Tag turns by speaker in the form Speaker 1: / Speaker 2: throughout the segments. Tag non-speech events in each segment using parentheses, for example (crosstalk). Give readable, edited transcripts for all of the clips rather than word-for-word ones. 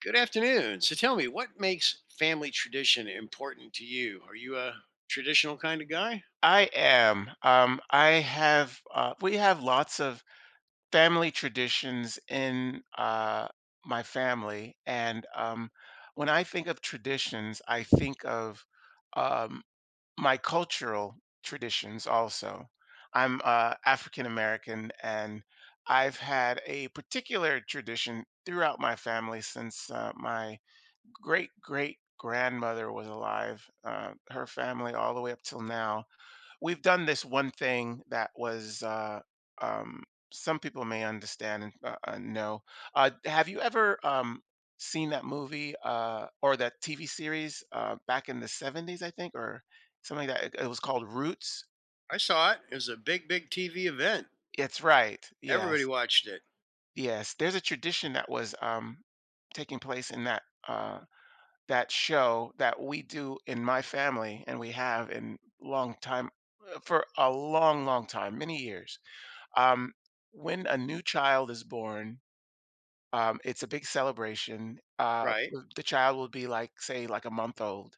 Speaker 1: Good afternoon. So tell me, what makes family tradition important to you? Are you a traditional kind of guy?
Speaker 2: I am. I have. We have lots of family traditions in my family, and when I think of traditions, I think of um, my cultural traditions. Also, I'm African American, and I've had a particular tradition throughout my family since my great great grandmother was alive. Her family, all the way up till now we've done this one thing that was um, some people may understand and know. Have you ever seen that movie or that TV series back in the 70s? I think, or something like that. It was called Roots.
Speaker 1: I saw it. It was a big, big TV event.
Speaker 2: It's right.
Speaker 1: Everybody
Speaker 2: Yes,
Speaker 1: watched it.
Speaker 2: yes. There's a tradition that was taking place in that uh, that show that we do in my family, and we have in long time for a long, long time, many years. Um, when a new child is born, it's a big celebration. Uh,
Speaker 1: Right.
Speaker 2: the the child will be like, say, like a month old,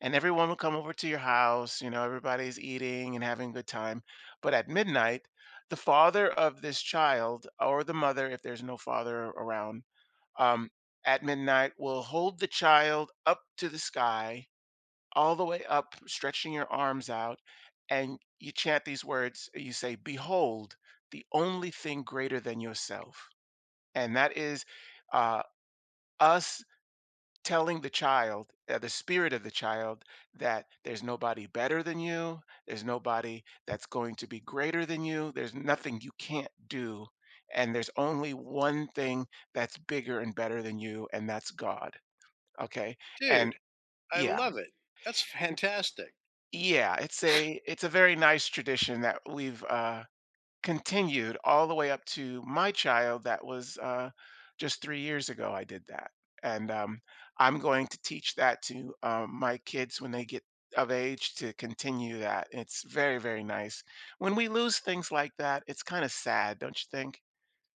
Speaker 2: and everyone will come over to your house. You know, everybody's eating and having a good time. But at midnight, the father of this child or the mother, if there's no father around, um, at midnight will hold the child up to the sky all the way up, stretching your arms out, and you chant these words. You say, "Behold, the only thing greater than yourself." And that is uh, us telling the child, the spirit of the child, that there's nobody better than you. There's nobody that's going to be greater than you. There's nothing you can't do. And there's only one thing that's bigger and better than you, and that's God. Okay. And
Speaker 1: Dude, I
Speaker 2: yeah,
Speaker 1: love it. That's fantastic.
Speaker 2: yeah, it's a very nice tradition that we've continued all the way up to my child. That was just 3 years ago. I did that, and I'm going to teach that to my kids when they get of age to continue that. It's very very nice. When we lose things like that, it's kind of sad, don't you think?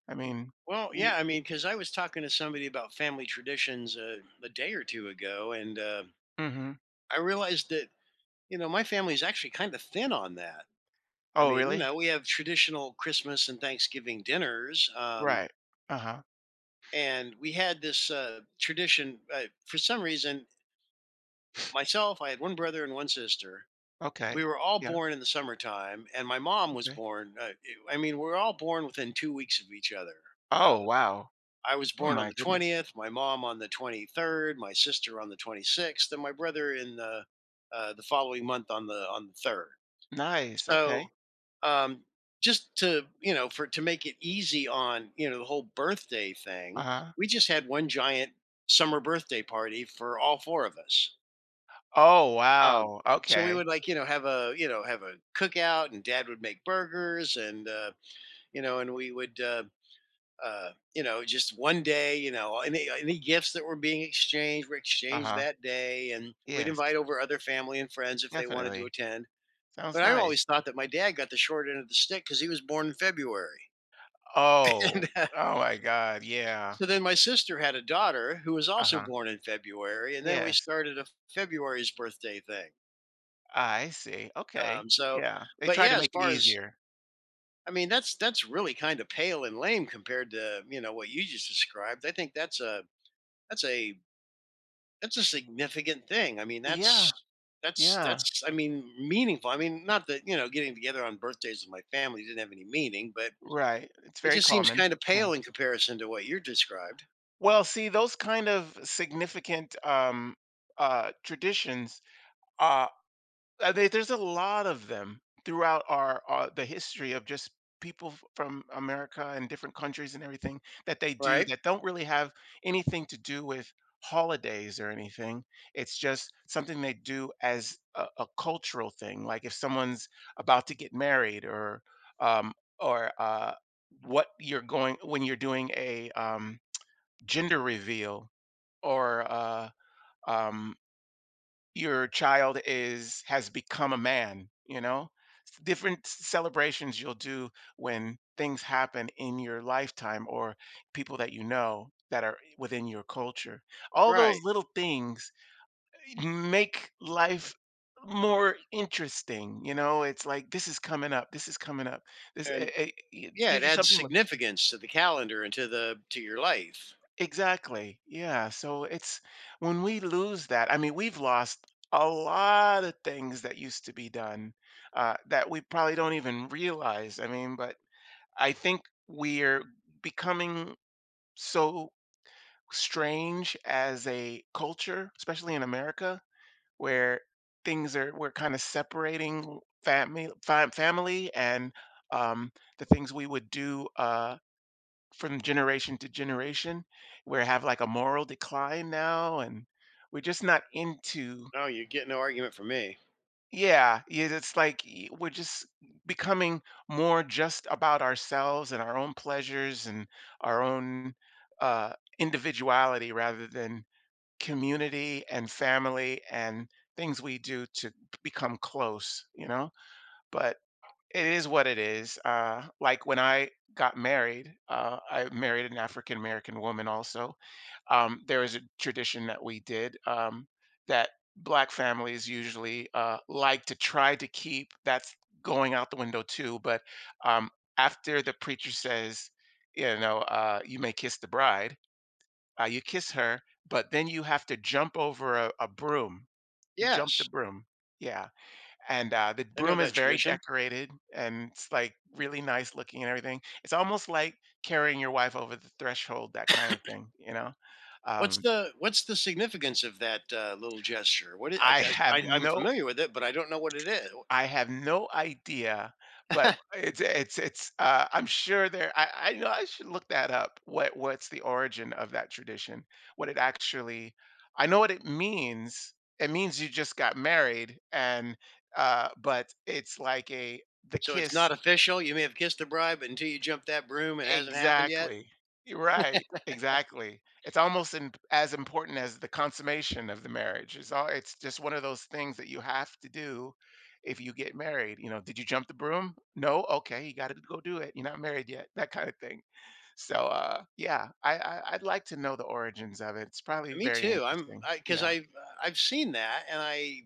Speaker 2: I mean,
Speaker 1: Well,
Speaker 2: we.
Speaker 1: yeah, I mean, because I was talking to somebody about family traditions a day or two ago, and
Speaker 2: Hmm.
Speaker 1: I realized that, you know, my family's actually kind of thin on that. I
Speaker 2: Oh,
Speaker 1: mean, you
Speaker 2: really?
Speaker 1: know, we have traditional Christmas and Thanksgiving dinners.
Speaker 2: Right. Uh huh.
Speaker 1: And we had this tradition. For some reason, myself, I had one brother and one sister. We
Speaker 2: Okay.
Speaker 1: were all
Speaker 2: Yeah.
Speaker 1: born in the summertime, and my mom was
Speaker 2: Okay.
Speaker 1: born. I mean, we are all born within 2 weeks of each other. Uh,
Speaker 2: Oh, wow.
Speaker 1: I was
Speaker 2: Oh
Speaker 1: born on
Speaker 2: my
Speaker 1: the
Speaker 2: goodness.
Speaker 1: 20th, my mom on the 23rd, my sister on the 26th, and my brother in the following month on the third.
Speaker 2: Nice. Okay.
Speaker 1: So, um, just to you know, for to make it easy on you know the whole birthday thing,
Speaker 2: Uh-huh.
Speaker 1: we just had one giant summer birthday party for all four of us.
Speaker 2: Oh,
Speaker 1: Um,
Speaker 2: wow.
Speaker 1: so we
Speaker 2: Okay.
Speaker 1: would like you know have a you know have a cookout, and Dad would make burgers, and you know, and we would. You know, just one day, you know, any gifts that were being exchanged were exchanged
Speaker 2: Uh-huh.
Speaker 1: that day, and we'd
Speaker 2: Yes,
Speaker 1: invite over other family and friends if they wanted to
Speaker 2: definitely.
Speaker 1: attend,
Speaker 2: Sounds
Speaker 1: but I
Speaker 2: nice.
Speaker 1: always thought that my dad got the short end of the stick because he was born in February, (laughs)
Speaker 2: Oh.
Speaker 1: and
Speaker 2: Oh my God. Yeah.
Speaker 1: so then my sister had a daughter who was also
Speaker 2: Uh-huh.
Speaker 1: born in February, and then we
Speaker 2: Yes.
Speaker 1: started a February's birthday thing,
Speaker 2: I see. Okay.
Speaker 1: so.
Speaker 2: Yeah. They
Speaker 1: But
Speaker 2: tried to
Speaker 1: yeah, as
Speaker 2: make it
Speaker 1: far as,
Speaker 2: easier.
Speaker 1: I mean, that's really kinda pale and lame compared to, you know, what you just described. I think that's a that's a significant thing. I mean,
Speaker 2: Yeah. Yeah.
Speaker 1: that's, I mean, meaningful. I mean, not that, you know, getting together on birthdays with my family didn't have any meaning, but
Speaker 2: Right. It's
Speaker 1: it
Speaker 2: very
Speaker 1: just seems
Speaker 2: common.
Speaker 1: kind of
Speaker 2: Yeah.
Speaker 1: pale in comparison to what you're described,
Speaker 2: Well, see, those kind of significant traditions uh there's a lot of them throughout our the history of just people from America and different countries and everything that they do
Speaker 1: right?
Speaker 2: that don't really have anything to do with holidays or anything. It's just something they do as a cultural thing. Like if someone's about to get married or um, or what you're going when you're doing a gender reveal or um, your child is has become a man. Different celebrations you'll do when things happen in your lifetime or people that you know that are within your culture, all those
Speaker 1: Right.
Speaker 2: little things make life more interesting. It's like this is coming up, this is coming up. this
Speaker 1: And
Speaker 2: it, it
Speaker 1: yeah, it
Speaker 2: gives you
Speaker 1: adds
Speaker 2: something.
Speaker 1: significance to the calendar and to your life.
Speaker 2: Exactly. Yeah. So it's when we lose that, I mean, we've lost a lot of things that used to be done that we probably don't even realize. I mean, but I think we're becoming so strange as a culture, especially in America, where we're kind of separating family, family and um, the things we would do. From generation to generation. We have like a moral decline now, and we're just not into.
Speaker 1: No, you get no argument from me.
Speaker 2: Yeah, yeah, it's like we're just becoming more just about ourselves and our own pleasures and our own uh, individuality rather than community and family and things we do to become close, you know? But it is what it is. Like when I got married, I married an African American woman also, there is a tradition that we did, that black families usually like to try to keep. That's going out the window too. But um, after the preacher says, you may kiss the bride, you kiss her, but then you have to jump over a broom. You jump the
Speaker 1: Yes,
Speaker 2: broom. Yeah. And the
Speaker 1: I know
Speaker 2: broom is
Speaker 1: that
Speaker 2: very
Speaker 1: tradition.
Speaker 2: decorated and it's like really nice looking and everything. It's almost like carrying your wife over the threshold, that kind of thing, you know?
Speaker 1: What's
Speaker 2: Um,
Speaker 1: the what's the significance of that little gesture? I
Speaker 2: I
Speaker 1: guess
Speaker 2: have
Speaker 1: I'm
Speaker 2: no
Speaker 1: familiar with it, but I don't know what it is.
Speaker 2: I have no idea, but
Speaker 1: (laughs)
Speaker 2: it's I'm sure there I know I should look that up. What's the origin of that tradition? What it actually I know what it means. It means you just got married, and but it's like a the
Speaker 1: So it's
Speaker 2: kiss.
Speaker 1: not official. You may have kissed the bride, but until you jump that broom, it hasn't happened yet.
Speaker 2: Exactly. You're right. Exactly. It's almost as important as the consummation of the marriage. It's just one of those things that you have to do if you get married. You know, did you jump the broom? No. Okay, you got to go do it. You're not married yet. That kind of thing. So, yeah, I'd like to know the origins of it. It's probably
Speaker 1: Me
Speaker 2: very
Speaker 1: too, I'm
Speaker 2: interesting.
Speaker 1: because
Speaker 2: Yeah,
Speaker 1: I, 'cause i i've seen that, and I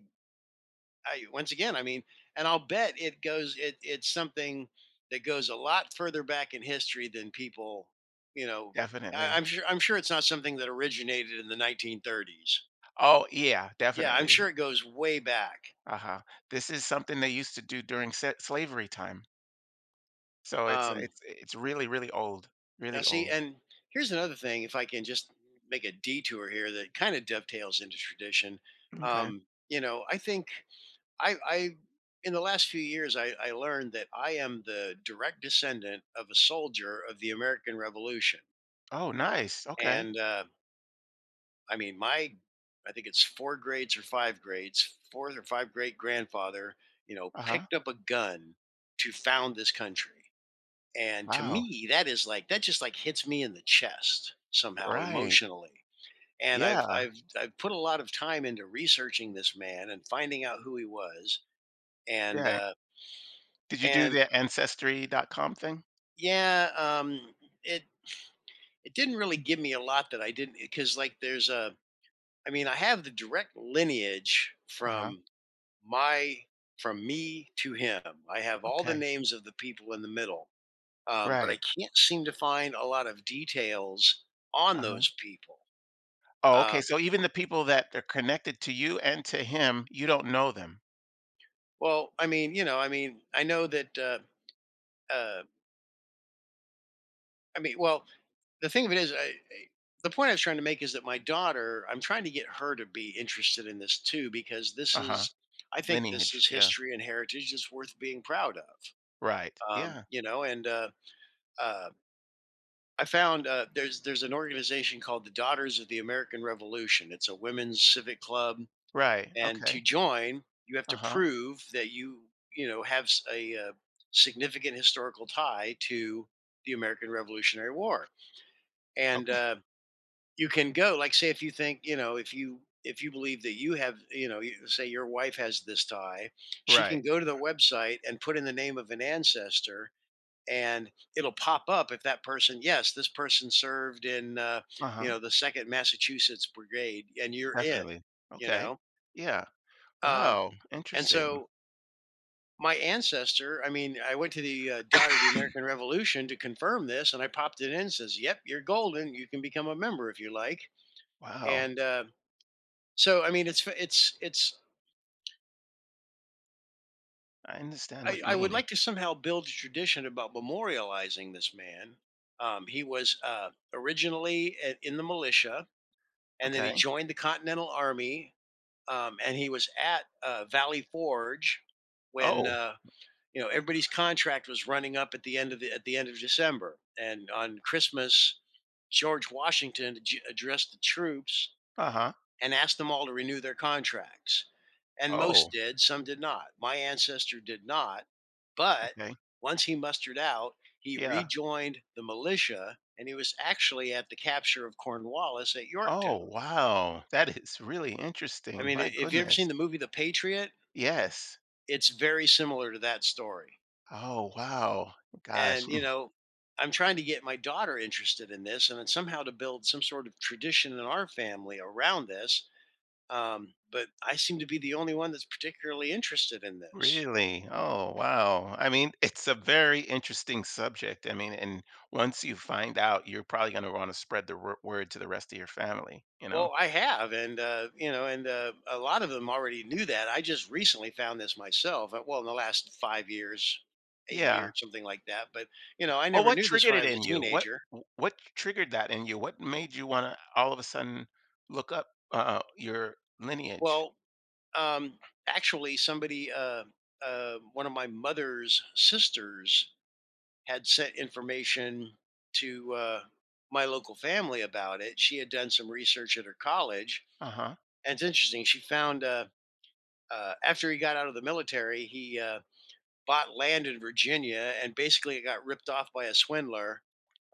Speaker 1: I, once again, I mean, and I'll bet it goes. It's something that goes a lot further back in history than people, you know.
Speaker 2: definitely.
Speaker 1: I'm sure. I'm sure it's not something that originated in the 1930s.
Speaker 2: Oh, yeah,
Speaker 1: Yeah, I'm
Speaker 2: definitely.
Speaker 1: sure it goes way back.
Speaker 2: Uh-huh. This is something they used to do during slavery time. So it's
Speaker 1: Um,
Speaker 2: it's it's really, really old,
Speaker 1: Now,
Speaker 2: really
Speaker 1: see,
Speaker 2: old.
Speaker 1: and here's another thing. If I can just make a detour here, that kind of dovetails into tradition.
Speaker 2: Okay.
Speaker 1: You know, I think. I In the last few years, I learned that I am the direct descendant of a soldier of the American Revolution,
Speaker 2: Oh, nice. Okay.
Speaker 1: and I mean, my I think it's four grades or five grades, fourth or five great grandfather, you know,
Speaker 2: Uh-huh.
Speaker 1: picked up a gun to found this country, and to
Speaker 2: Wow.
Speaker 1: me, that is like that just like hits me in the chest somehow
Speaker 2: Right.
Speaker 1: emotionally. And
Speaker 2: Yeah.
Speaker 1: I've put a lot of time into researching this man and finding out who he was, and
Speaker 2: Yeah. Did you do
Speaker 1: and
Speaker 2: the ancestry.com thing?
Speaker 1: yeah, it didn't really give me a lot that I didn't, because like there's a I mean I have the direct lineage
Speaker 2: Uh-huh.
Speaker 1: from my from me to him. I have all the
Speaker 2: Okay.
Speaker 1: names of the people in the middle, but I
Speaker 2: Right.
Speaker 1: can't seem to find a lot of details on
Speaker 2: Uh-huh.
Speaker 1: those people.
Speaker 2: Oh,
Speaker 1: Uh,
Speaker 2: okay. So even the people that are connected to you and to him, you don't know them.
Speaker 1: well, I mean, you know, I mean, I know that uh, I mean, well, the thing of it is, the point I was trying to make is that my daughter, I'm trying to get her to be interested in this too, because this
Speaker 2: Uh-huh.
Speaker 1: is, I think this
Speaker 2: Lineage.
Speaker 1: is
Speaker 2: Yeah.
Speaker 1: history and heritage that's worth being proud of.
Speaker 2: Right. Yeah.
Speaker 1: You know, and uh, I found there's an organization called the Daughters of the American Revolution. It's a women's civic club,
Speaker 2: Right.
Speaker 1: and to
Speaker 2: Okay.
Speaker 1: join, you have to
Speaker 2: Uh-huh.
Speaker 1: prove that you know have a significant historical tie to the American Revolutionary War. And
Speaker 2: Okay. (laughs)
Speaker 1: you can go, like, say, if you think, if you believe that you have, say your wife has this tie, she can
Speaker 2: Right.
Speaker 1: go to the website and put in the name of an ancestor, and it'll pop up. If that person, yes, this person served in
Speaker 2: Uh-huh.
Speaker 1: the Second Massachusetts Brigade, and you're in,
Speaker 2: Definitely.
Speaker 1: you
Speaker 2: Okay.
Speaker 1: know
Speaker 2: Yeah.
Speaker 1: um,
Speaker 2: Wow.
Speaker 1: and
Speaker 2: Interesting.
Speaker 1: so my ancestor, I mean, I went to the Daughter of the American
Speaker 2: (coughs)
Speaker 1: Revolution to confirm this, and I popped it in, says yep, you're golden, you can become a member if you like.
Speaker 2: Wow.
Speaker 1: And so, I mean, it's.
Speaker 2: I understand what you
Speaker 1: I would
Speaker 2: mean.
Speaker 1: like to
Speaker 2: It's
Speaker 1: somehow build a tradition about memorializing this man. He was originally in the militia, and then he
Speaker 2: okay.
Speaker 1: joined the Continental Army, and he was at Valley Forge when
Speaker 2: Oh,
Speaker 1: you know everybody's contract was running up at the end of the at the end of December, and on Christmas, George Washington addressed the troops
Speaker 2: uh-huh.
Speaker 1: and asked them all to renew their contracts. And most
Speaker 2: Oh,
Speaker 1: did, some did not. My ancestor did not. But
Speaker 2: okay.
Speaker 1: once he mustered out, he
Speaker 2: Yeah.
Speaker 1: rejoined the militia and he was actually at the capture of Cornwallis at
Speaker 2: Oh,
Speaker 1: Yorktown.
Speaker 2: wow. That is really
Speaker 1: I
Speaker 2: interesting.
Speaker 1: mean,
Speaker 2: My
Speaker 1: if you've ever
Speaker 2: goodness.
Speaker 1: seen the movie The Patriot,
Speaker 2: Yes.
Speaker 1: it's very similar to that story.
Speaker 2: Oh, wow. Gosh.
Speaker 1: And, you
Speaker 2: (laughs)
Speaker 1: know, I'm trying to get my daughter interested in this and then somehow to build some sort of tradition in our family around this. But I seem to be the only one that's particularly interested in this.
Speaker 2: Really? Oh, wow. I mean, it's a very interesting subject. I mean, and once you find out, you're probably going to want to spread the word to the rest of your family, you know?
Speaker 1: Well, I have, and a lot of them already knew that. I just recently found this myself. Well, in the last 5 years, eight
Speaker 2: Yeah.
Speaker 1: years, something like that. But I
Speaker 2: Well,
Speaker 1: never
Speaker 2: what
Speaker 1: knew this
Speaker 2: triggered
Speaker 1: when
Speaker 2: it
Speaker 1: I was
Speaker 2: in
Speaker 1: a
Speaker 2: you? What
Speaker 1: teenager.
Speaker 2: what triggered that in you? What made you want to all of a sudden look up your lineage?
Speaker 1: Well, um, actually, somebody, one of my mother's sisters, had sent information to my local family about it. She had done some research at her college,
Speaker 2: Uh huh.
Speaker 1: and it's interesting. She found after he got out of the military, he bought land in Virginia and basically got ripped off by a swindler.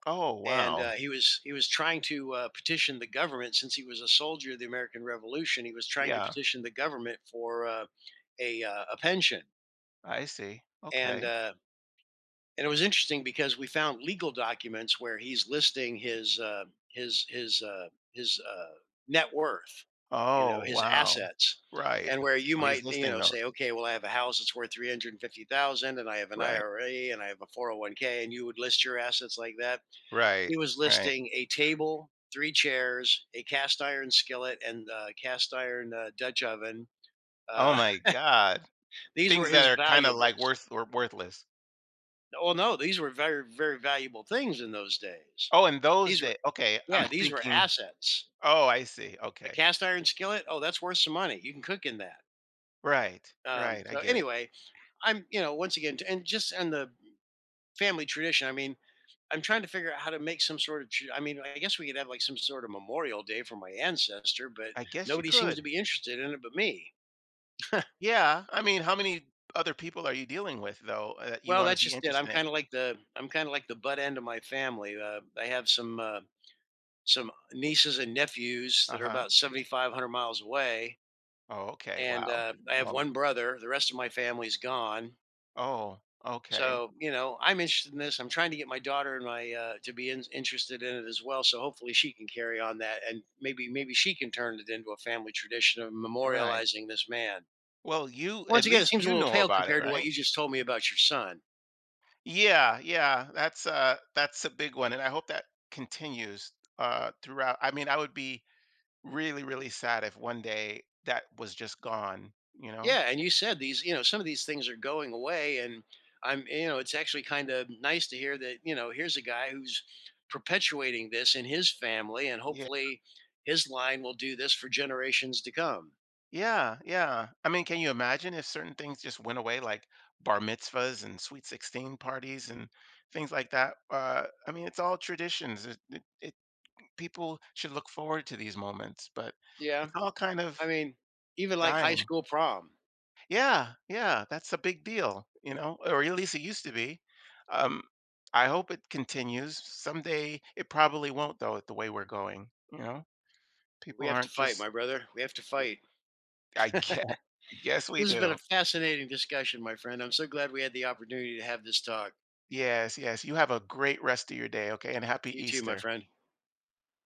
Speaker 2: Oh,
Speaker 1: And
Speaker 2: wow.
Speaker 1: he was trying to petition the government since he was a soldier of the American Revolution. He was trying to
Speaker 2: Yeah,
Speaker 1: petition the government for a pension.
Speaker 2: I see.
Speaker 1: And
Speaker 2: Okay.
Speaker 1: it was interesting because we found legal documents where he's listing his his his uh, his uh, net worth,
Speaker 2: Oh,
Speaker 1: his
Speaker 2: wow.
Speaker 1: assets,
Speaker 2: Right.
Speaker 1: and where you
Speaker 2: Oh, he's
Speaker 1: might
Speaker 2: listing those.
Speaker 1: say, okay, well, I have a house that's worth 350,000, and I have an
Speaker 2: Right.
Speaker 1: IRA, and I have a 401(k), and you would list your assets like that.
Speaker 2: Right.
Speaker 1: He was
Speaker 2: Right.
Speaker 1: listing a table, three chairs, a cast iron skillet, and cast iron Dutch oven.
Speaker 2: Oh
Speaker 1: Uh,
Speaker 2: my God.
Speaker 1: (laughs) these were
Speaker 2: Things that
Speaker 1: his
Speaker 2: are kind of like
Speaker 1: valuables.
Speaker 2: worth or worthless.
Speaker 1: Well, no, these were very, very valuable things in those days.
Speaker 2: Oh, and those
Speaker 1: These were
Speaker 2: that. Okay, I'm
Speaker 1: Yeah,
Speaker 2: (laughs)
Speaker 1: these were
Speaker 2: thinking.
Speaker 1: assets.
Speaker 2: Oh, I see.
Speaker 1: A
Speaker 2: Okay.
Speaker 1: cast iron skillet, oh, that's worth some money. You can cook in that.
Speaker 2: Right. Right. I
Speaker 1: So
Speaker 2: get it.
Speaker 1: anyway, I'm once again, and just on the family tradition. I mean, I'm trying to figure out how to make some sort of. I mean, I guess we could have like some sort of memorial day for my ancestor, but
Speaker 2: I guess you
Speaker 1: nobody seems to
Speaker 2: could.
Speaker 1: be interested in it but me. (laughs)
Speaker 2: Yeah, I mean, how many other people are you dealing with though that you
Speaker 1: Well,
Speaker 2: want to
Speaker 1: that's
Speaker 2: be
Speaker 1: just it. I'm
Speaker 2: interested in?
Speaker 1: kind of like the butt end of my family. I have some nieces and nephews that are
Speaker 2: Uh-huh.
Speaker 1: about 7,500 miles away.
Speaker 2: Oh, okay.
Speaker 1: And
Speaker 2: Wow.
Speaker 1: I have
Speaker 2: Well,
Speaker 1: one brother. The rest of my family's gone.
Speaker 2: oh, okay.
Speaker 1: So I'm interested in this. I'm trying to get my daughter and my to be in, interested in it as well. So hopefully she can carry on that, and maybe she can turn it into a family tradition of
Speaker 2: Right.
Speaker 1: memorializing this man.
Speaker 2: Well, you at
Speaker 1: Once again, it
Speaker 2: least
Speaker 1: seems a
Speaker 2: you
Speaker 1: little
Speaker 2: know
Speaker 1: pale
Speaker 2: about it,
Speaker 1: compared to what
Speaker 2: right?
Speaker 1: you just told me about your son.
Speaker 2: Yeah, yeah. That's a big one, and I hope that continues throughout. I mean, I would be really really sad if one day that was just gone, you know?
Speaker 1: Yeah, and you said these, some of these things are going away, and it's actually kind of nice to hear that, here's a guy who's perpetuating this in his family, and
Speaker 2: Yeah.
Speaker 1: hopefully his line will do this for generations to come.
Speaker 2: Yeah, yeah. I mean, can you imagine if certain things just went away, like bar mitzvahs and sweet 16 parties and things like that? I mean, it's all traditions. People should look forward to these moments, but
Speaker 1: Yeah,
Speaker 2: it's all kind of
Speaker 1: I mean, even like high
Speaker 2: dying.
Speaker 1: school prom,
Speaker 2: Yeah, yeah, that's a big deal, you know, or at least it used to be. Um, I hope it continues. Someday it probably won't, though, at the way we're going. You know, people
Speaker 1: we have to
Speaker 2: aren't
Speaker 1: fight,
Speaker 2: just,
Speaker 1: my brother. We have to fight.
Speaker 2: I guess, (laughs) I guess we
Speaker 1: This has been
Speaker 2: do.
Speaker 1: a fascinating discussion, my friend. I'm so glad we had the opportunity to have this talk.
Speaker 2: Yes, yes. You have a great rest of your day, okay? And happy
Speaker 1: You too, my
Speaker 2: Easter.
Speaker 1: friend.